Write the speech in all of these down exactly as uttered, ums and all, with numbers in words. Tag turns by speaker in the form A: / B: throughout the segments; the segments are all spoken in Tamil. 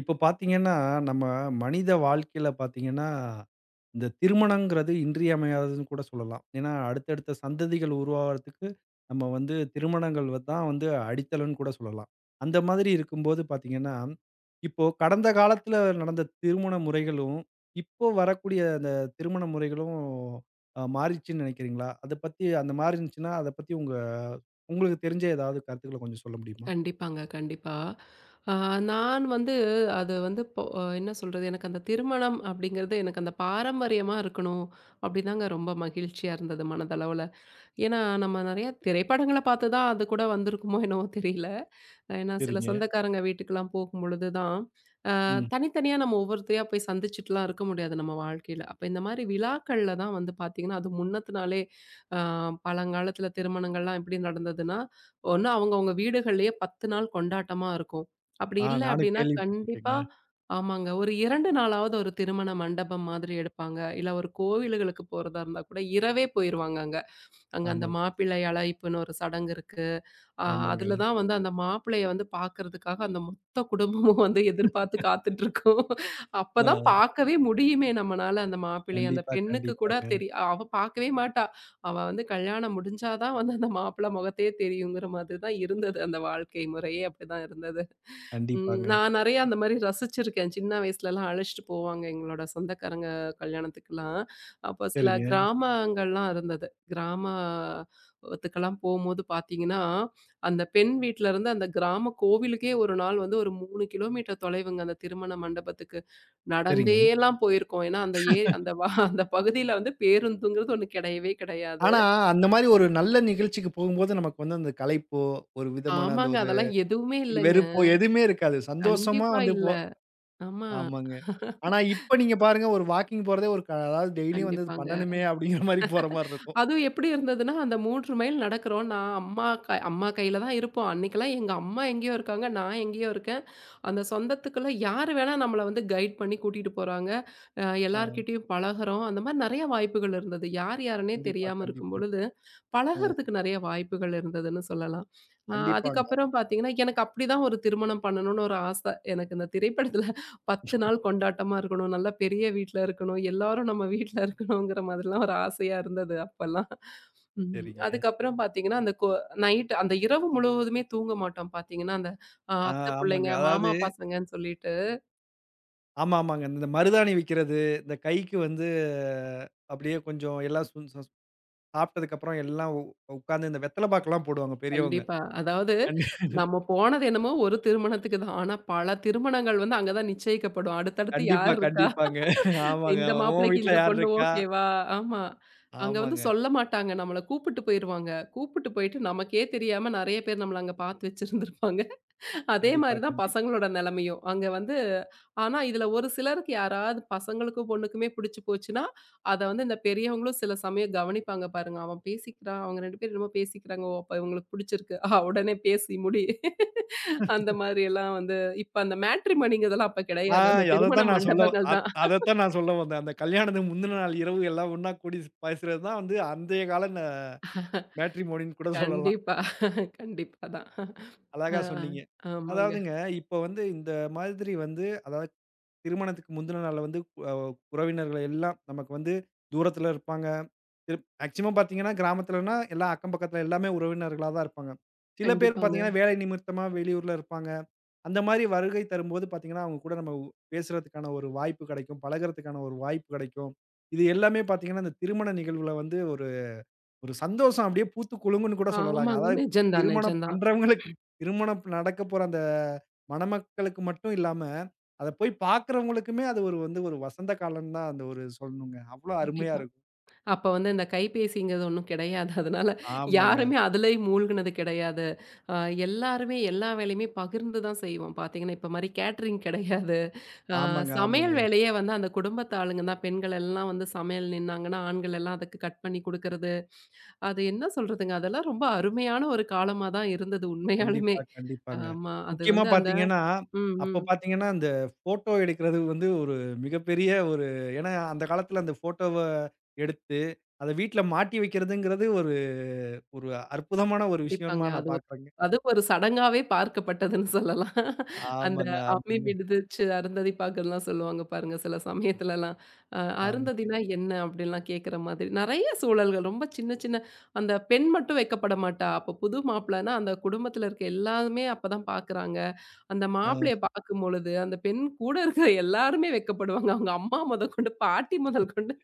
A: இப்ப பார்த்தீங்கன்னா, நம்ம மனித வாழ்க்கையில பார்த்தீங்கன்னா, இந்த திருமணங்கிறது இன்றியமையாததுன்னு கூட சொல்லலாம். ஏன்னா, அடுத்தடுத்த சந்ததிகள் உருவாகுறதுக்கு நம்ம வந்து திருமணங்கள் வ தான் வந்து அடித்தளம்ன்னு கூட சொல்லலாம். அந்த மாதிரி இருக்கும்போது பார்த்தீங்கன்னா, இப்போ கடந்த காலத்தில நடந்த திருமண முறைகளும், இப்போ வரக்கூடிய அந்த திருமண முறைகளும் அ மாறிடுச்சுன்னு நினைக்கிறீங்களா? அத பத்தி அந்த மாரி இருந்துச்சுன்னா, அத பத்தி உங்க உங்களுக்கு தெரிஞ்ச ஏதாவது கருத்துக்கள கொஞ்சம் சொல்ல முடியுமா?
B: கண்டிப்பாங்க, கண்டிப்பா. ஆ நான் வந்து அது வந்து பொ ஆஹ் என்ன சொல்றது, எனக்கு அந்த திருமணம் அப்படிங்கிறது எனக்கு அந்த பாரம்பரியமா இருக்கணும் அப்படிதாங்க, ரொம்ப மகிழ்ச்சியா இருந்தது மனதளவுல. ஏன்னா, நம்ம நெறைய திரைப்படங்கள பார்த்து தான் அது கூட வந்திருக்குமோ என்னவோ தெரியல. ஏன்னா சில
A: சரிங்க.
B: சொந்தக்காரங்க வீட்டுக்கெல்லாம் போகும்பொழுது தான்
A: ம்.
B: தனித்தனியா நம்ம ஒவ்வொருத்தரையா போய் சந்திச்சுட்டுலாம் இருக்க முடியாது நம்ம வாழ்க்கையில. அப்ப இந்த மாரி விழாக்கள்ல தான் வந்து பார்த்தீங்கன்னா, அதுவும் முன்னத்து நாளே அ பழங்காலத்துல திருமணங்கள்லாம் எப்படி நடந்ததுன்னா, ஒண்ணு அவங்கவங்க வீடுகள்லயே பத்து நாள் கொண்டாட்டமா இருக்கும். அப்படி
A: ஆ,
B: இல்ல
A: நானும்
B: அப்படின்னா, கண்டிப்பா
A: கேள்விப்பட்டுருக்கேங்க.
B: ஆமாங்க. ஒரு இரண்டு நாளாவது ஒரு திருமண மண்டபம் மாதிரி எடுப்பாங்க. இல்ல ஒரு கோவில்களுக்கு போறதா இருந்தா கூட இரவே போயிருவாங்க அங்க. அங்க அந்த
A: ஆமாங்க,
B: மாப்பிள்ளை அழைப்புன்னு ஒரு சடங்கு இருக்கு. அ
A: ஆமாங்க.
B: அதுல தான் வந்து அந்த மாப்பிள்ளைய வந்து பார்க்கறதுக்காக அந்த மொத்த குடும்பமும் வந்து எதிர்பார்த்து காத்துட்ருக்கும். அப்பதான்
A: அ.
B: பார்க்கவே முடியுமே நம்மனால அந்த மாப்பிள்ளைய. அந்த
A: கண்டிப்பா,
B: பெண்ணுக்கு கூட
A: கண்டிப்பாங்க,
B: தெரி அவ பார்க்கவே மாட்டா. அவ வந்து கல்யாணம் முடிஞ்சா தான் வந்து அந்த மாப்பிள்ளை முகத்தையே தெரியுங்கிற மாதிரி தான் இருந்தது. அந்த வாழ்க்கை முறையே அப்படிதான் இருந்தது. ம்.
A: கண்டிப்பாங்க.
B: நான் நெறைய அந்த மாரி ரசிச்சிருக்கேன். சின்ன வயசுலலாம் அழைச்சுட்டு போவாங்க எங்களோட சொந்தக்காரங்க கல்யாணத்துக்குலாம். அப்போ சில
A: சரிங்க,
B: கிராமங்கள்லாம் இருந்தது. கிராமத்துக்கெல்லாம் போம்போது பார்த்தீங்கன்னா, அந்த பெண் வீட்லருந்து அந்த கிராம கோவிலுக்கே ஒரு நாள் வந்து ஒரு மூன்று கிலோமீட்டர் தொலைவுங்க அந்த திருமண மண்டபத்துக்கு.
A: சரிங்க.
B: நடந்தேலாம் போயிருக்கோம். ஏன்னா அந்த ஏ அந்த வ அந்த பகுதியில வந்து பேருந்துங்கிறது ஒண்ணு கிடையவே கிடையாது.
A: ஆனா, அந்த மாரி ஒரு நல்ல நிகழ்ச்சிக்கு போகும்போது, நமக்கு வந்து அந்த களைப்போ, ஒரு விதமான அந்த
B: ஆமாங்க.
A: ஒரு
B: அதெல்லாம் எதுவுமே இல்லங்க.
A: வெறுப்போ எதுவுமே இருக்காது. சந்தோஷமா
B: கண்டிப்பா
A: வந்து
B: இல்ல.
A: போ
B: ஆமா.
A: ஆமாங்க. ஆனா, இப்ப நீங்க பாருங்க ஒரு வாக்கிங் போறதே ஒரு க அதாவது டெய்லியும் வந்து இது
B: கண்டிப்பாங்க.
A: பண்ணணுமே அப்படிங்கிற மாரி போற மாரி இருக்கும்.
B: அதுவும் எப்படி இருந்ததுன்னா, அந்த மூன்று மைல் நடக்கிறோம். நான் அம்மா க அம்மா கையில தான் இருப்போம். அன்னைக்கெல்லாம் எங்க அம்மா எங்கேயோ இருக்காங்க. நான் எங்கேயோ இருக்கேன். அந்த சொந்தத்துக்குள்ள யார் வேணா நம்மள வந்து கைட் பண்ணி கூட்டிட்டு போறாங்க. அ
A: அ
B: எல்லார்கிட்டயும் பழகுறோம். அந்த மாரி நெறைய வாய்ப்புகள் இருந்தது. யார் யாருன்னே
A: கண்டிப்பா,
B: தெரியாம இருக்கும்
A: கண்டிப்பா.
B: பொழுது,
A: அ
B: பழகுறதுக்கு நெறைய வாய்ப்புகள் இருந்ததுன்னு சொல்லலாம். அ
A: கண்டிப்பாங்க.
B: அதுக்கப்புறம் பார்த்தீங்கன்னா, எனக்கு அப்படிதான் ஒரு திருமணம் பண்ணணும்னு ஒரு ஆசை. எனக்கு இந்த திரைப்படத்துல பத்து நாள் கொண்டாட்டமா இருக்கணும். நல்லா பெரிய வீட்ல இருக்கணும். எல்லாரும் நம்ம வீட்ல இருக்கணுங்கிற மாதிரிலாம் ஒரு ஆசையா இருந்தது அப்பல்லாம். ம்.
A: சரிங்க.
B: அதுக்கப்புறம் பார்த்தீங்கன்னா, அந்த கொ நைட் அந்த இரவு முழுவதுமே தூங்க மாட்டோம் பார்த்தீங்கன்னா, அந்த அ
A: ஆ,
B: அத்தை
A: ஆமாங்க.
B: பிள்ளைங்க,
A: அதாவது
B: மாமா பசங்கன்னு சொல்லிட்டு
A: ஆமா, ஆமாங்க. இந்த மருதாணி விக்கிறது, இந்த கைக்கு வந்து அப்படியே கொஞ்சம் எல்லாம் சுன் சாப்பிட்டதுக்கப்புறம் எல்லாம் உ உட்கார்ந்து இந்த வெத்தல பாக்குலாம் போடுவாங்க பெரியவங்க.
B: கண்டிப்பா. அதாவது
A: கண்டி
B: நம்ம போனது என்னமோ ஒரு திருமணத்துக்கு தான். ஆனா பல திருமணங்கள் வந்து அங்க தான் நிச்சயிக்கப்படும். அடுத்தடுத்து
A: கண்டிப்பா,
B: யார் இருக்கா?
A: கண்டிப்பாங்க. ஆமாங்க.
B: இந்த
A: ஆமா. உன்
B: மாப்பிள்ளைக்கு
A: வீட்ல
B: இந்த
A: யார்
B: பொண்ணு
A: இருக்கா?
B: ஓகேவா? ஆமா. அங்க வந்து
A: ஆமாங்க.
B: சொல்ல மாட்டாங்க. நம்மள கூப்பிட்டு போயிருவாங்க. கூப்பிட்டு போயிட்டு நமக்கே தெரியாம நெறைய பேர் நம்மள அங்க பார்த்து வச்சிருந்திருப்பாங்க. அதே
A: கண்டிப்பா,
B: மாரி தான்
A: கண்டிப்பா.
B: பசங்களோட நெலைமையும். அங்க வந்து ஆனா இதுல ஒரு சிலருக்கு யாராவது பசங்களுக்கும், பொண்ணுக்குமே பிடிச்சு போச்சுன்னா, அத வந்து இந்த பெரியவங்களும் சில சமயம் கவனிப்பாங்க பாருங்க. அவன் பேசிக்கிறான். அவங்க இரண்டு பேரும் என்னமோ பேசிக்கிறாங்க. ஓ! அப்ப இவங்களுக்கு பிடிச்சிருக்கு. ஆ உடனே பேசி முடி. அந்த மாரி எல்லாம் வந்து இப்ப அந்த மேட்ரிமோனிங்கிறதெல்லாம் அப்ப
A: ஆ
B: கிடையாது. அந்த திருமண
A: அதத்தான் நான் சொல்ல
B: மண்டபங்கள்
A: அ
B: தான்.
A: அதத்தான் நான் சொல்ல வந்தேன். அந்த கல்யாணத்துக்கு முந்தின நாள் இரவு எல்லாம் ஒண்ணா கூடி பேசுறது தான் வந்து அந்தைய கால ந மேட்ரிமோனின்னு கூட சொல்லலாம்.
B: கண்டிப்பா. கண்டிப்பா தான். ஆ,
A: அழகா சொன்னீங்க.
B: ஆமாங்க.
A: அதாவதுங்க, இப்ப வந்து இந்த மாதிரி வந்து அதாவது திருமணத்துக்கு முந்தின நாள்ல வந்து அ உறவினர்கள் எல்லாம் நமக்கு வந்து தூரத்தில இருப்பாங்க. திருப் மேக்ஸிமம் பார்த்தீங்கன்னா, கிராமத்துலன்னா எல்லாம் அக்கம் பக்கத்துல எல்லாமே உறவினர்களா தான் இருப்பாங்க. சில பேர்
B: கண்டிப்பாங்க.
A: பார்த்தீங்கன்னா, வேலை நிமித்தமா வெளியூர்ல இருப்பாங்க. அந்த மாரி வருகை தரும்போது பார்த்தீங்கன்னா, அவங்க கூட நம்ம உ- பேசுறதுக்கான ஒரு வாய்ப்பு கெடைக்கும். பழகுறதுக்கான ஒரு வாய்ப்பு கெடைக்கும். இது எல்லாமே பார்த்தீங்கன்னா, இந்த திருமண நிகழ்வுல வந்து ஒரு சந்தோஷம் அப்படியே பூத்து குலுங்கும்ன்னு கூட
B: ஆ,
A: சொல்லலாங்க.
B: ஆமாங்க.
A: அதாவது
B: நிஜம்தான்,
A: திருமணம்
B: நிஜம்தான்.
A: பண்றவங்களுக்கு திருமணம் நடக்க போற அந்த மணமக்களுக்கு மட்டும் இல்லாம, அத போய் பார்க்கிறவங்களுக்குமே அது ஒரு வந்து ஒரு வசந்த காலம் தான் அந்த ஒரு சொல்லணுங்க. அவ்வளோ அருமையா
B: கண்டிப்பா.
A: இருக்கும்.
B: அப்ப வந்து இந்த கைபேசிங்கிறது ஒண்ணும் கிடையாது. அதனால
A: ஆமாங்க,
B: யாருமே அதிலயே மூழ்குனது கிடையாது. அ எல்லாருமே எல்லா வேலையுமே பகிர்ந்து தான் செய்வோம். பார்த்தீங்கன்னா, இப்ப மாரி கேட்டரிங் கிடையாது. அ
A: ஆமாங்க, ஆமாங்க.
B: சமையல் வேலையே வந்து அந்த குடும்பத்து ஆளுங்க தான். பெண்கள் எல்லாம் வந்து சமையல் நின்னாங்கன்னா, ஆண்கள் எல்லாம் அதுக்கு கட் பண்ணி குடுக்கறது. அது என்ன சொல்றதுங்க? அதெல்லாம் ரொம்ப அருமையான ஒரு காலமா தான் இருந்தது
A: கண்டிப்பா,
B: உண்மையாலுமே.
A: கண்டிப்பாங்க.
B: ஆமா. அது
A: முக்கியமா
B: வந்து
A: பார்த்தீங்கன்னா,
B: ம்,
A: அப்ப
B: ம்.
A: பார்த்தீங்கன்னா இந்த ஃபோட்டோ எடுக்கிறது வந்து ஒரு மிகப்பெரிய ஒரு ஏன்னா அந்த காலத்துல அந்த ஃபோட்டோவ எடுத்து, அத வீட்ல மாட்டி வைக்கிறதுங்கிறது ஒரு ஒரு அற்புதமான ஒரு விஷயமா
B: கண்டிப்பாங்க. அது
A: நான்
B: ஒரு
A: பார்க்குறேங்க.
B: அது ஒரு சடங்காவே பார்க்கப்பட்டதுன்னு சொல்லலாம். அந்த
A: ஆமாங்க,
B: அம்மி
A: ஆமாங்க,
B: மிதிச்சு அருந்ததி பாக்கல்லாம் சொல்லுவாங்க பாருங்க, சில சமயத்துலலாம். அ
A: ஆமா.
B: அருந்ததினா என்ன? அப்டின்லாம் கேக்குற மாதிரி. நெறைய சூழல்கள் ரொம்ப சின்ன சின்ன அந்த பெண் மட்டும் வெட்கப்பட மாட்டா. அப்ப புது மாப்பிள்ளன்னா அந்த குடும்பத்துல இருக்க எல்லாருமே அப்பதான் பாக்குறாங்க. அந்த
A: அ
B: மாப்பிள்ளைய பாக்கும்பொழுது, அந்த பெண் கூட இருக்கிற எல்லாருமே வெட்கப்படுவாங்க. அவங்க அம்மா மொதற்கொண்டு, பாட்டி முதல் கொண்டு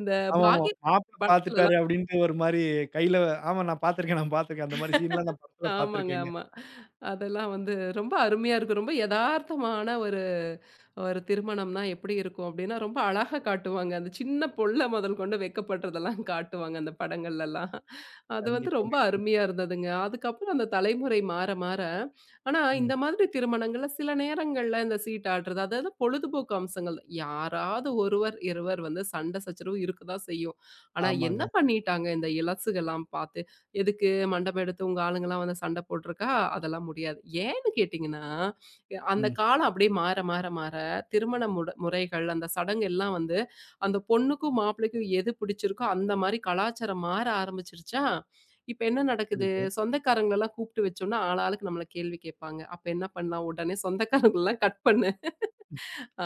B: இந்த
A: ஆமாமா.
B: பாக்ய
A: மாப்பிள பாத்துட்டாரு
B: படத்துலலாம்
A: அப்டின்ட்டு ஒரு மாரி கையில ஆமா, நான் பாத்துருக்கேன், நான் பாத்துருக்கேன். அந்த மாரி சீன்லாம் நான் படத்துல
B: ஆமாங்க,
A: பாத்துருக்கேங்க.
B: ஆமா. அதெல்லாம் வந்து ரொம்ப அருமையா இருக்கும். ரொம்ப எதார்த்தமான ஒரு ஒரு திருமணம்னா எப்படி இருக்கும் அப்படின்னா, ரொம்ப அழகா காட்டுவாங்க. அந்த சின்ன புள்ள முதல் கொண்டு வெட்கப்படுறதெல்லாம் காட்டுவாங்க அந்த படங்கள்லலாம். அது வந்து
A: கண்டிப்பாங்க,
B: ரொம்ப
A: கண்டிப்பா.
B: அருமையா இருந்ததுங்க. அதுக்கப்புறம் அந்த தலைமுறை மாற மாற, ஆனா
A: ம்.
B: இந்த மாதிரி திருமணங்கள்ல சில நேரங்கள்ல இந்த சீட்டாடுறது, அதாவது பொழுதுபோக்கு அம்சங்கள் தான். யாராவது ஒருவர், இருவர் வந்து சண்டை சச்சரவு இருக்க தான் செய்யும். ஆனா என்ன
A: ஆமாங்க.
B: பண்ணிட்டாங்க இந்த இலசுகள்லாம் பார்த்து, எதுக்கு மண்டபம் எடுத்து உங்க ஆளுங்கலாம் வந்து சண்டை போட்டிருக்கா? அதெல்லாம் முடியாது. ஏன்னு கேட்டீங்கன்னா, அந்த
A: ம்.
B: காலம் அப்படியே மாற மாற மாற திருமண முட முறைகள், அந்த சடங்கு எல்லாம் வந்து, அந்த பொண்ணுக்கும், மாப்பிள்ளைக்கும் எது பிடிச்சிருக்கோ அந்த மாரி கலாச்சாரம் மாற ஆரம்பிச்சுருச்சா, இப்ப என்ன நடக்குது,
A: சரிங்க.
B: சொந்தக்காரங்களலாம் கூப்பிட்டு வச்சோம்னா, ஆளாளுக்கு நம்மள கேள்வி கேட்பாங்க. அப்ப என்ன பண்ணலாம், உடனே சொந்தக்காரங்களலாம் கட் பண்ணு.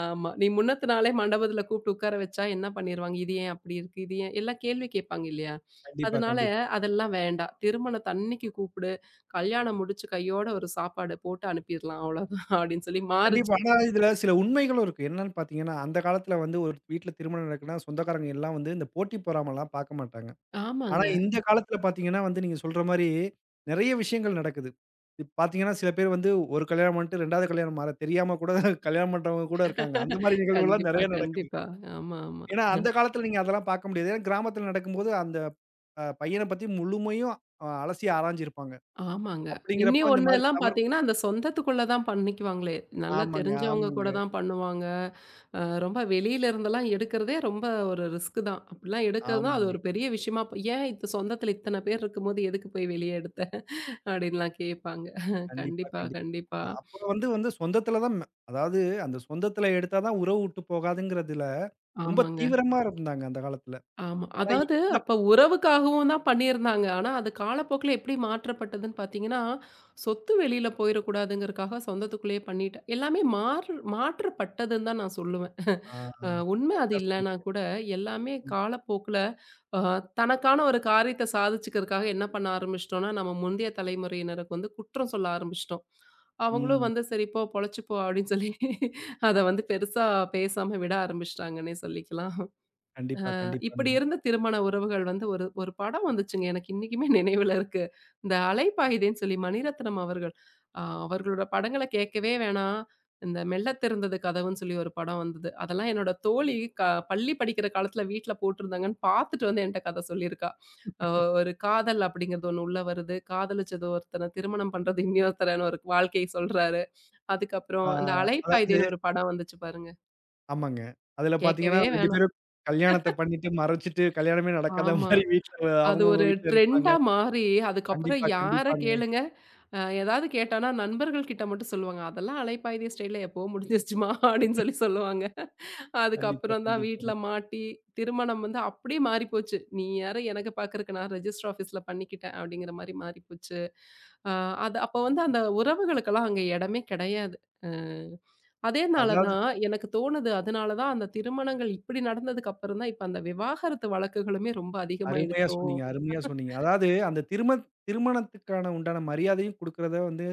B: ஆமா. நீ முன்னத்து நாளே மண்டபத்துல கூப்பிட்டு உட்கார வச்சா என்ன பண்ணிருவாங்க? இது ஏன் அப்படி இருக்கு? இது ஏன் எல்லாம் கேள்வி கேட்பாங்க இல்லையா?
A: கண்டிப்பா,
B: அதனால
A: கண்டிப்பா.
B: அதெல்லாம் வேண்டாம். திருமணத்தன்னைக்கு கூப்பிடு, கல்யாணம் முடிச்சு கையோட ஒரு சாப்பாடு போட்டு அனுப்பிரலாம் அவ்வளோதான் அப்படின்னு சொல்லி
A: கண்டிப்பா.
B: மாறுச்சு.
A: ஆனா இதுல சில உண்மைகளும் இருக்கு. என்னன்னு பாத்தீங்கன்னா, அந்த காலத்துல வந்து ஒரு வீட்ல திருமணம் நடக்குன்னா, சொந்தக்காரங்க எல்லாம் வந்து இந்த போட்டி பொறாமைலாம் பாக்க மாட்டாங்க. ஆனா,
B: ஆமாங்க.
A: இந்த காலத்துல பார்த்தீங்கன்னா வந்து, நீங்க சொல்ற மாரி நெறைய விஷயங்கள் நடக்குது. இப் பார்த்தீங்கன்னா, சில பேர் வந்து ஒரு கல்யாணம் பண்ணிட்டு இரண்டாவது கல்யாணம் மாற தெரியாம கூட கல்யாணம் பண்றவங்க கூட இருக்காங்க. அந்த மாரி நிகழ்வுலாம்
B: கண்டிப்பா,
A: நெறைய நடக்குது.
B: கண்டிப்பா. ஆமா, ஆமா.
A: ஏன்னா, அந்த
B: அஹ்
A: காலத்துல நீங்க அதெல்லாம் பார்க்க முடியாது. ஏன்னா, கிராமத்துல நடக்கும்போது அந்த அ பையன பத்தி முழுமையும் அ அலசி ஆராய்ஞ்சிருப்பாங்க.
B: ஆமாங்க. இன்னி
A: அப்படிங்கிறப்ப இந்த மாரி
B: ஒண்ணுலாம்
A: தவறு
B: பார்த்தீங்கன்னா, அந்த சொந்தத்துக்குள்ள தான் பண்ணிக்குவாங்களே! நல்லா
A: ஆமாங்க,
B: தெரிஞ்சவங்க
A: ஆமாங்க,
B: கூட தான் பண்ணுவாங்க. அ ரொம்ப வெளியில இருந்தெல்லாம் எடுக்கிறதே ரொம்ப ஒரு ரிஸ்க் தான். அப்டிலாம் எடுக்கிறதுனா, அது
A: ஆமாங்க.
B: ஒரு பெரிய விஷயமா ப- ஏன் இது சொந்தத்தில இத்தன பேர் இருக்கும்போது எதுக்கு போய் வெளிய எடுத்த? அப்டின்லாம் கேட்பாங்க.
A: கண்டிப்பா,
B: கண்டிப்பா,
A: கண்டிப்பா.
B: கண்டிப்பா.
A: ஆமா. அப்ப வந்து வந்து சொந்தத்துல தான் ம அதாவது அந்த சொந்தத்துல எடுத்தா தான் உறவு உட்டு போகாதுங்கிறதுல ரொம்ப
B: ஆமாங்க.
A: தீவிரமா இருந்தாங்க அந்த காலத்துல.
B: ஆமா.
A: ஆனா,
B: அதாவது
A: இந்த
B: அப்ப உறவுக்காகவும் தான் பண்ணியிருந்தாங்க. ஆனா, அது காலப்போக்குல எப்படி மாற்றப்பட்டதுன்னு பார்த்தீங்கன்னா, சொத்து வெளியில போயிறக்கூடாதுங்கிறதுக்காக சொந்தத்துக்குள்ளேயே பண்ணிட்டேன். எல்லாமே மாறு மாற்றப்பட்டதுன்னு தான் நான் சொல்லுவேன்.
A: ஆ.
B: அ உண்மை அது
A: கரெக்ட்டா
B: இல்லன்னா
A: சொன்னீங்க.
B: கூட, எல்லாமே
A: ம்.
B: காலப்போக்குல அ தனக்கான ஒரு காரியத்த சாதிச்சுக்கிறதுக்காக என்ன பண்ண ஆரம்பிச்சுட்டோம்னா, நம்ம முந்தைய தலைமுறையினருக்கு வந்து குற்றம் சொல்ல ஆரம்பிச்சுட்டோம். அவங்களும்
A: ம்.
B: வந்து "சரி போ பொழைச்சுப்போ" அப்படின்னு சொல்லி அத வந்து பெருசா பேசாம விட ஆரம்பிச்சுட்டாங்கன்னே சொல்லிக்கலாம்.
A: கண்டிப்பா,
B: இப்படி
A: கண்டிப்பாங்க.
B: இருந்த திருமண உறவுகள் வந்து ஒரு ஒரு படம் வந்துச்சுங்க. எனக்கு இன்னைக்குமே நினைவுல இருக்கு. இந்த அலைப்பாயுதேன்னு சொல்லி மணிரத்னம் அவர்கள் அ அவர்களோட படங்கள கேட்கவே வேணாம். இந்த மெல்ல திறந்தது கதவுன்னு சொல்லி ஒரு படம் வந்தது. அதெல்லாம் என்னோட தோழி க பள்ளி படிக்கிற காலத்துல வீட்ல போட்டிருந்தாங்கன்னு பார்த்துட்டு வந்து என்ட்ட கத சொல்லியிருக்கா. அ ஒரு காதல் அப்படிங்கிறது ஒண்ணு உள்ள வருது. காதலிச்சது ஒருத்தன, திருமணம் பண்றது இன்னொருத்தரன்னு ஒரு வாழ்க்கைய சொல்றாரு.
A: ஆ,
B: அதுக்கப்புறம் இந்த
A: அதாவது
B: அலைப்பாயுதேன்னு ஒரு படம் வந்துச்சு பாருங்க.
A: ஆமாங்க. அதுல பார்த்தீங்கன்னா
B: கேட்கவே
A: இரண்டு
B: வேணாம்.
A: பேரும் கல்யாணத்த பண்ணிட்டு, மறச்சுட்டு கல்யாணமே நடக்காத
B: ஆமா.
A: மாரி வீட்ல
B: அது
A: அவங்கவங்க
B: ஒரு
A: வீட்ல இருப்பாங்க.
B: ட்ரெண்டா மாறி, அதுக்கப்புறம்
A: கண்டிப்பா,
B: யார
A: கண்டிப்பாங்க.
B: கேளுங்க, அ ஏதாவது கேட்டோம்னா நண்பர்கள் கிட்ட மட்டும் சொல்லுவாங்க. "அதெல்லாம் அலைப்பாயுதே ஸ்டைல்ல எப்பவோ முடிஞ்சிருச்சுமா" அப்படின்னு சொல்லி சொல்லுவாங்க.
A: கண்டிப்பா,
B: அதுக்கப்புறம் தான் வீட்ல
A: கண்டிப்பாங்க.
B: மாட்டி, திருமணம் வந்து அப்படியே மாறிப்போச்சு. "நீ யார எனக்கு பார்க்கறக்கு, நான் ரெஜிஸ்டர் ஆஃபீஸ்ல பண்ணிக்கிட்டேன்" அப்படிங்கிற மாரி மாறிப்போச்சு. அ அது அப்ப வந்து அந்த உறவுகளுக்கெல்லாம் அங்க இடமே கிடையாது. அ அதேனால
A: அதாவது
B: தான் எனக்கு தோணுது, அதனால தான் அந்த திருமணங்கள் இப்படி நடந்ததுக்கு அப்புறம் தான், இப்ப அந்த விவாகரத்து வழக்குகளுமே ரொம்ப
A: அருமையா
B: அதிகமாயிடுச்சோ!
A: சொன்னீங்க, அருமையா சொன்னீங்க. அதாவது அந்த திருமண திருமணத்துக்கான உண்டான மரியாதையும் குடுக்கிறத வந்து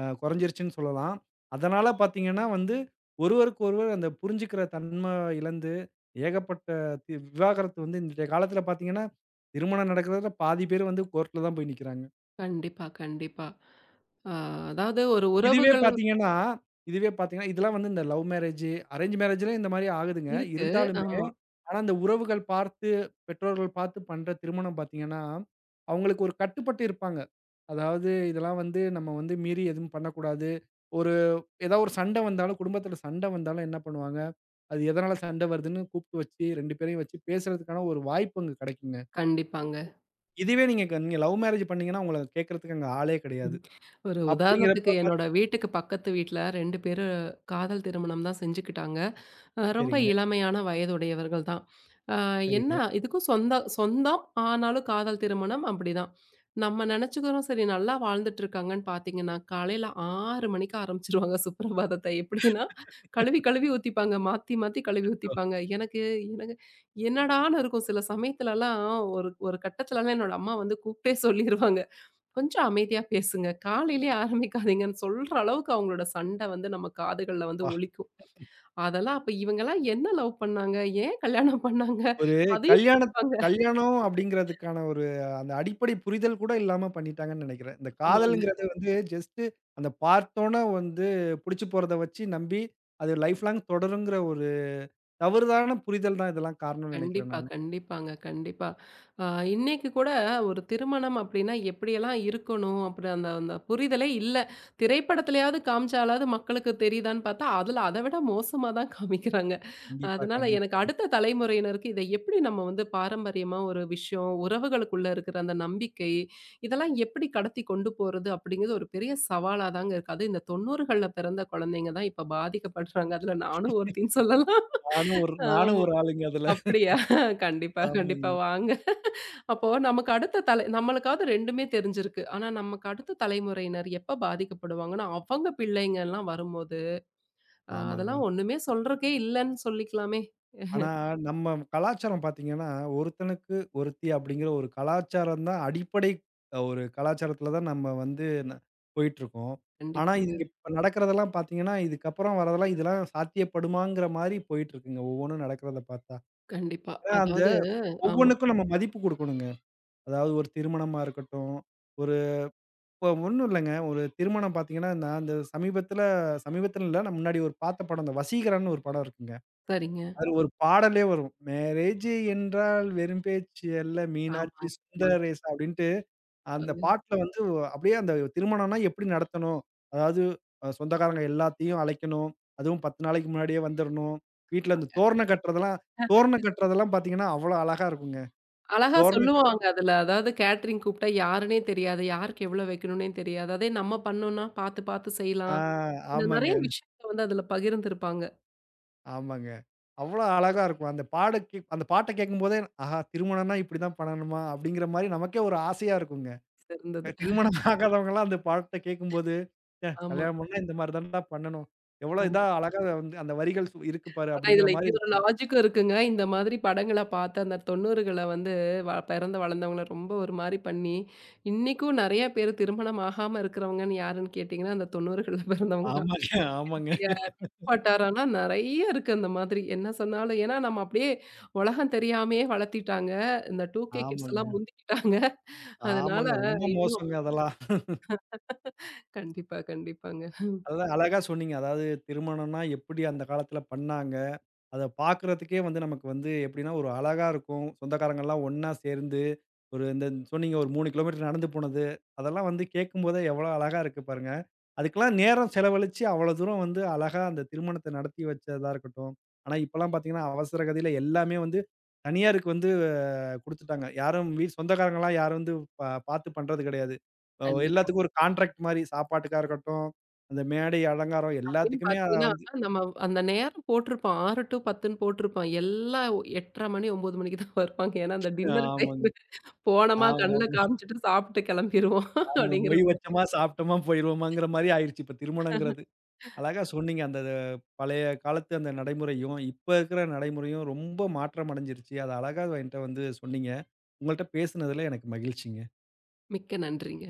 A: அ குறைஞ்சிருச்சுன்னு சொல்லலாம். அதனால பார்த்தீங்கன்னா வந்து, ஒருவருக்கு ஒருவர் அந்த புரிஞ்சுக்கிற தன்ம இழந்து, ஏகப்பட்ட தி விவாகரத்து வந்து இன்றைய காலத்தில பார்த்தீங்கன்னா, திருமணம் நடக்கிறதுல பாதி பேர் வந்து கோர்ட்ல தான் போய் நிக்கிறாங்க.
B: கண்டிப்பா, கண்டிப்பா. அ அதாவது ஒரு
A: இதுவே
B: உறவுகள்
A: பார்த்தீங்கன்னா இதுவே பார்த்தீங்கன்னா, இதெல்லாம் வந்து இந்த லவ் மேரேஜ், அரேஞ்ச் மேரேஜ்லயும் இந்த மாரி ஆகுதுங்க.
B: இருக்கு.
A: இருந்தாலுமே,
B: ஆமா,
A: ஆனா இந்த உறவுகள் பார்த்து, பெற்றோர்கள் பார்த்து பண்ற திருமணம் பார்த்தீங்கன்னா, அவங்களுக்கு ஒரு கட்டுப்பட்டு இருப்பாங்க. அதாவது இதெல்லாம் வந்து நம்ம வந்து மீறி எதுவும் பண்ணக்கூடாது. ஒரு ஏதாவது ஒரு சண்டை வந்தாலும், குடும்பத்தில சண்டை வந்தாலும் என்ன பண்ணுவாங்க, அது எதனால சண்டை வருதுன்னு கூப்ட்டு வச்சு இரண்டு பேரையும் வச்சு பேசுறதுக்கான ஒரு வாய்ப்பு அங்க கெடைக்குங்க.
B: கண்டிப்பாங்க.
A: இதுவே நீங்க க நீங்க லவ் மேரேஜ் பண்ணீங்கன்னா, உங்கள கேட்கறதுக்கு அங்க ஆளே கெடையாது.
B: ம். ஒரு உதாரணத்துக்கு
A: அப்டிங்கிறப்ப பாத்
B: என்னோட வீட்டுக்கு பக்கத்து வீட்ல இரண்டு பேரு காதல் திருமணம் தான் செஞ்சுக்கிட்டாங்க. அ ரொம்ப
A: சரிங்க,
B: இளமையான வயதுடையவர்கள் தான். அ என்ன
A: சரிங்க.
B: இதுக்கும் சொந்த சொந்தம், ஆனாலும் காதல் திருமணம் அப்படிதான். நம்ம நெனச்சுக்கிறோம் சரி நல்லா வாழ்ந்துட்டுருக்காங்கன்னு பார்த்தீங்கன்னா, காலையில ஆறு மணிக்கு ஆரம்பிச்சுருவாங்க சுப்ரபாதத்த. எப்படின்னா, கழுவி கழுவி ஊத்திப்பாங்க. மாத்தி மாத்தி கழுவி ஊத்திப்பாங்க. எனக்கு எனக்கு என்னடான்னு இருக்கும் சில சமயத்துலலாம் ஒரு ஒரு கட்டத்துலலாம் என்னோட அம்மா வந்து கூப்ட்டே சொல்லிருவாங்க. "கொஞ்சம் அமைதியா பேசுங்க. காலையிலயே ஆரம்பிக்காதீங்கன்னு" சொல்ற அளவுக்கு அவங்களோட சண்ட வந்து நம்ம காதுகள்ல வந்து
A: அப்பா!
B: ஒலிக்கும். அதெல்லாம் அப்ப இவங்கலாம் என்ன லவ் பண்ணாங்க? ஏன் கல்யாணம் பண்ணாங்க?
A: ஒரு
B: அதையும்
A: கல்யாணத்துக்கு
B: கேட்பாங்க.
A: கல்யாணம் அப்டிங்கிறதுக்கான ஒரு அந்த அடிப்படை புரிதல் கூட இல்லாம பண்ணிட்டாங்கன்னு நெனைக்கிறேன். இந்த
B: ஆமாங்க.
A: காதல்ங்கிறது வந்து ஜஸ்ட் அந்த பார்த்தோன வந்து புடிச்சு போறத வச்சு நம்பி, அது லைஃப் லாங் தொடருங்கிற ஒரு தவறுதான புரிதல் தான் இதெல்லாம் காரணம்னு நெனைக்கிறேன்
B: கண்டிப்பா,
A: நானு.
B: கண்டிப்பாங்க. கண்டிப்பா. அ இன்னைக்கு கூட ஒரு திருமணம் அப்டின்னா எப்படியெல்லாம் இருக்கணும் அப்படி அந்த அந்த புரிதலே இல்ல. திரைப்படத்திலயாவது காமிச்சாலாவது மக்களுக்கு தெரியுதான்னு பார்த்தா, அதுல அத விட மோசமா தான் காமிக்கிறாங்க.
A: கண்டிப்பா,
B: அதனால
A: கண்டிப்பா.
B: எனக்கு அடுத்த தலைமுறையினருக்கு இத எப்படி நம்ம வந்து பாரம்பரியமா ஒரு விஷயம், உறவுகளுக்குள்ள இருக்கிற அந்த நம்பிக்கை, இதெல்லாம் எப்படி கடத்தி கொண்டு போறது அப்படிங்கிறது ஒரு பெரிய சவாலா தாங்க இருக்கு. அதுவும் இந்த தொண்ணூறுகள்ல பிறந்த குழந்தைங்க தான் இப்ப பாதிக்கப்படுறாங்க. அதுல நானும் ஒருத்தின்னு சொல்லலாம்.
A: நானும் ஒரு
B: ஆ
A: நானும் ஒரு ஆளுங்க அதுல.
B: அப்படியா? கண்டிப்பா, கண்டிப்பா
A: ஆமாங்க.
B: வாங்க. அப்போ நமக்கு அடுத்த தலை நம்மளுக்காவது 2மே தெரிஞ்சிருக்கு. ஆனா நமக்கு அடுத்த தலைமுறையினர் எப்ப பாதிக்கப்படுவாங்கன்னா, அவங்க பிள்ளைங்கலாம் வரும்போது, அ
A: ஆமாங்க.
B: அதெல்லாம் ஒண்ணுமே சொல்றக்கே இல்லன்னு சொல்லிக்கலாமே.
A: ஆனா, நம்ம கலாச்சாரம் பார்த்தீங்கன்னா, ஒருத்தனுக்கு ஒருத்தி அப்படிங்கிற ஒரு கலாச்சாரம் தான் அடிப்படை அ ஒரு கலாச்சாரத்தில தான் நம்ம வந்து ந போயிட்டுருக்கோம். ஆனா, இது இங்க
B: கண்டிப்பாங்க.
A: இப்ப நடக்கிறதெல்லாம் பார்த்தீங்கன்னா, இதுக்கப்புறம் வரதெல்லாம் இதெல்லாம் சாத்தியப்படுமாங்கிற மாரி போயிட்டுருக்குங்க. ஒவ்வொன்னும் நடக்கிறத பார்த்தா.
B: கண்டிப்பா.
A: ஏன்னா, அந்த
B: அதாவது ஆமா.
A: ஒவ்வொன்னுக்கும் நம்ம மதிப்பு குடுக்கணுங்க. அதாவது ஒரு திருமணமா இருக்கட்டும், ஒரு இப்ப ஒண்ணும் இல்லங்க. ஒரு திருமணம் பார்த்தீங்கன்னா, நான் அந்த சமீபத்தில. சமீபத்தில இல்ல. நான் முன்னாடி ஒரு பார்த்த படம் இந்த வசீகரம்னு ஒரு படம் இருக்குங்க.
B: சரிங்க.
A: அது ஒரு பாடலே வரும். "மேரேஜு என்றால் வெறும் பேச்சு அல்ல மீனாட்சி
B: ஆமாங்க. ஆமாங்க.
A: சுந்தரேச" அப்படின்ட்டு அந்த
B: ஆமாங்க.
A: பாட்டுல வந்து அப்படியே அந்த திருமணம்னா எப்படி நடத்தணும்? அதாவது அ சொந்தக்காரங்க எல்லாத்தையும் அழைக்கணும். அதுவும் பத்து நாளைக்கு முன்னாடியே வந்துரணும். வீட்ல இந்த
B: ஆமாங்க.
A: தோரணம் கட்டுறதெல்லாம் தோரணம் கட்டுறதெல்லாம் பார்த்தீங்கன்னா, அவ்வளோ அழகா இருக்குங்க.
B: அழகா
A: தோரணம் கட்
B: சொல்லுவாங்க அதுல. அதாவது கேட்டரிங் கூப்பிட்டா யாருன்னே தெரியாது. யாருக்கு எவ்வளோ வைக்கணும்னே தெரியாது. அதே நம்ம பண்ணோம்னா பார்த்து பார்த்து
A: ஆ
B: செய்யலாம். இந்த
A: ஆமாங்க,
B: நெறைய விஷயத்த வந்து அதுல பகிர்ந்திருப்பாங்க.
A: ஆமாங்க. அவ்வளோ அழகா இருக்கும். அந்த பாட கேக் அந்த பாட்ட கேட்கும்போதே, "ஆஹா! திருமணம்னா இப்படிதான் பண்ணணுமா?" அப்படிங்கிற மாரி நமக்கே ஒரு ஆசையா இருக்குங்க.
B: சிறந்தது.
A: திருமணம் ஆகாதவங்கலாம் அந்த பாட்ட கேட்கும்போது
B: ஆமா,
A: கல்யாணம் பண்ணா இந்த மாரி தான்டா பண்ணணும். எவ்வளோ இதா
B: ஆமா.
A: அழகா வந்து அந்த வரிகள் சு இருக்கு பாரு
B: ஆனா
A: அப்படிங்கிற
B: இதுல
A: மாரி இது
B: இன்னொரு
A: பண்ண
B: லாஜிக்கும் இருக்குங்க. இந்த மாதிரி படங்கள பார்த்து அந்த தொண்ணூறுகள வந்து வ பிறந்து வளர்ந்தவங்கள ரொம்ப ஒரு மாரி பண்ணி, இன்னைக்கும் நெறைய பேரு திருமணம் ஆகாம இருக்கிறவங்கன்னு யாருன்னு கேட்டீங்கன்னா, அந்த தொண்ணூறுகள்ல பிறந்தவங்க தான்.
A: ஆமாங்க, ஆமாங்க,
B: என்னுடைய வட்டாரம்னா நெறைய இருக்கு அந்த மாதிரி. என்ன சொன்னாலும் ஏன்னா நம்ம அப்படியே உலகம் தெரியாமயே வளர்த்திட்டாங்க. இந்த டூ கே கிட்ஸ்லாம்
A: ஆமாங்க,
B: முந்திக்கிட்டாங்க. அதனால
A: ஆமாங்க. ரொம்ப
B: இன்னும்
A: மோசங்க அதெல்லாம்.
B: கண்டிப்பா, கண்டிப்பாங்க.
A: அதான் அழகா சொன்னீங்க. அதாவது திருமணம்னா எப்படி அந்த காலத்துல பண்ணாங்க? அத பார்க்குறதுக்கே வந்து நமக்கு வந்து எப்படின்னா, ஒரு அழகா இருக்கும். சொந்தக்காரங்கலாம் ஒண்ணா சேர்ந்து, ஒரு இந்த சொன்னீங்க ஒரு மூன்று கிலோமீட்டர் நடந்து போனது. அதெல்லாம் வந்து கேட்கும்போதே எவ்வளோ அழகா இருக்கு பாருங்க. அதுக்கெல்லாம் நேரம் செலவழிச்சு அவ்வளோ தூரம் வந்து அழகா அந்த திருமணத்த நடத்தி வச்சதா இருக்கட்டும். ஆனா, இப்பலாம் பார்த்தீங்கன்னா, அவசர கதியில எல்லாமே வந்து தனியாருக்கு வந்து குடுத்துட்டாங்க. யாரும் வீ சொந்தக்காரங்கலாம் யாரும் வந்து பா பார்த்து பண்றது கிடையாது. அ
B: கண்டிப்பா.
A: எல்லாத்துக்கும் ஒரு கான்ட்ராக்ட் மாரி சாப்பாட்டுக்கா இருக்கட்டும், அந்த மேடை அலங்காரம்
B: அதுலயும்
A: எல்லாத்துக்குமே அத
B: பாத்தீங்கன்னா,
A: வந்து
B: நம்ம அந்த நேரம் போட்டிருப்பான். ஆறு டூ பத்துன்னு போட்டிருப்பான். எல்லாம் எட்டு முப்பது மணி ஒன்பது மணிக்கு தான் வருவாங்க. ஏன்னா, அந்த டின்னர்
A: ஆமாங்க.
B: டைம் போனோமா, கண்ல
A: ஆமாமா.
B: காமிச்சுட்டு சாப்பிட்டு கிளம்பிருவோம்.
A: அவங்க
B: அப்படிங்கிற
A: மொய்
B: மாரி.
A: வச்சோமா, சாப்பிட்டோமா போயிருவோமாங்கிற மாரி ஆயிருச்சு இப்ப திருமணங்கிறது. அழகா சொன்னீங்க. அந்த அது பழைய காலத்து அந்த நடைமுறையும், இப்ப இருக்கிற நடைமுறையும் ரொம்ப மாற்றம் அடைஞ்சிருச்சு. அத அழகா என்ட்ட வந்து சொன்னீங்க. உங்கள்ட்ட பேசுனதுல எனக்கு மகிழ்ச்சிங்க.
B: மிக்க நன்றிங்க.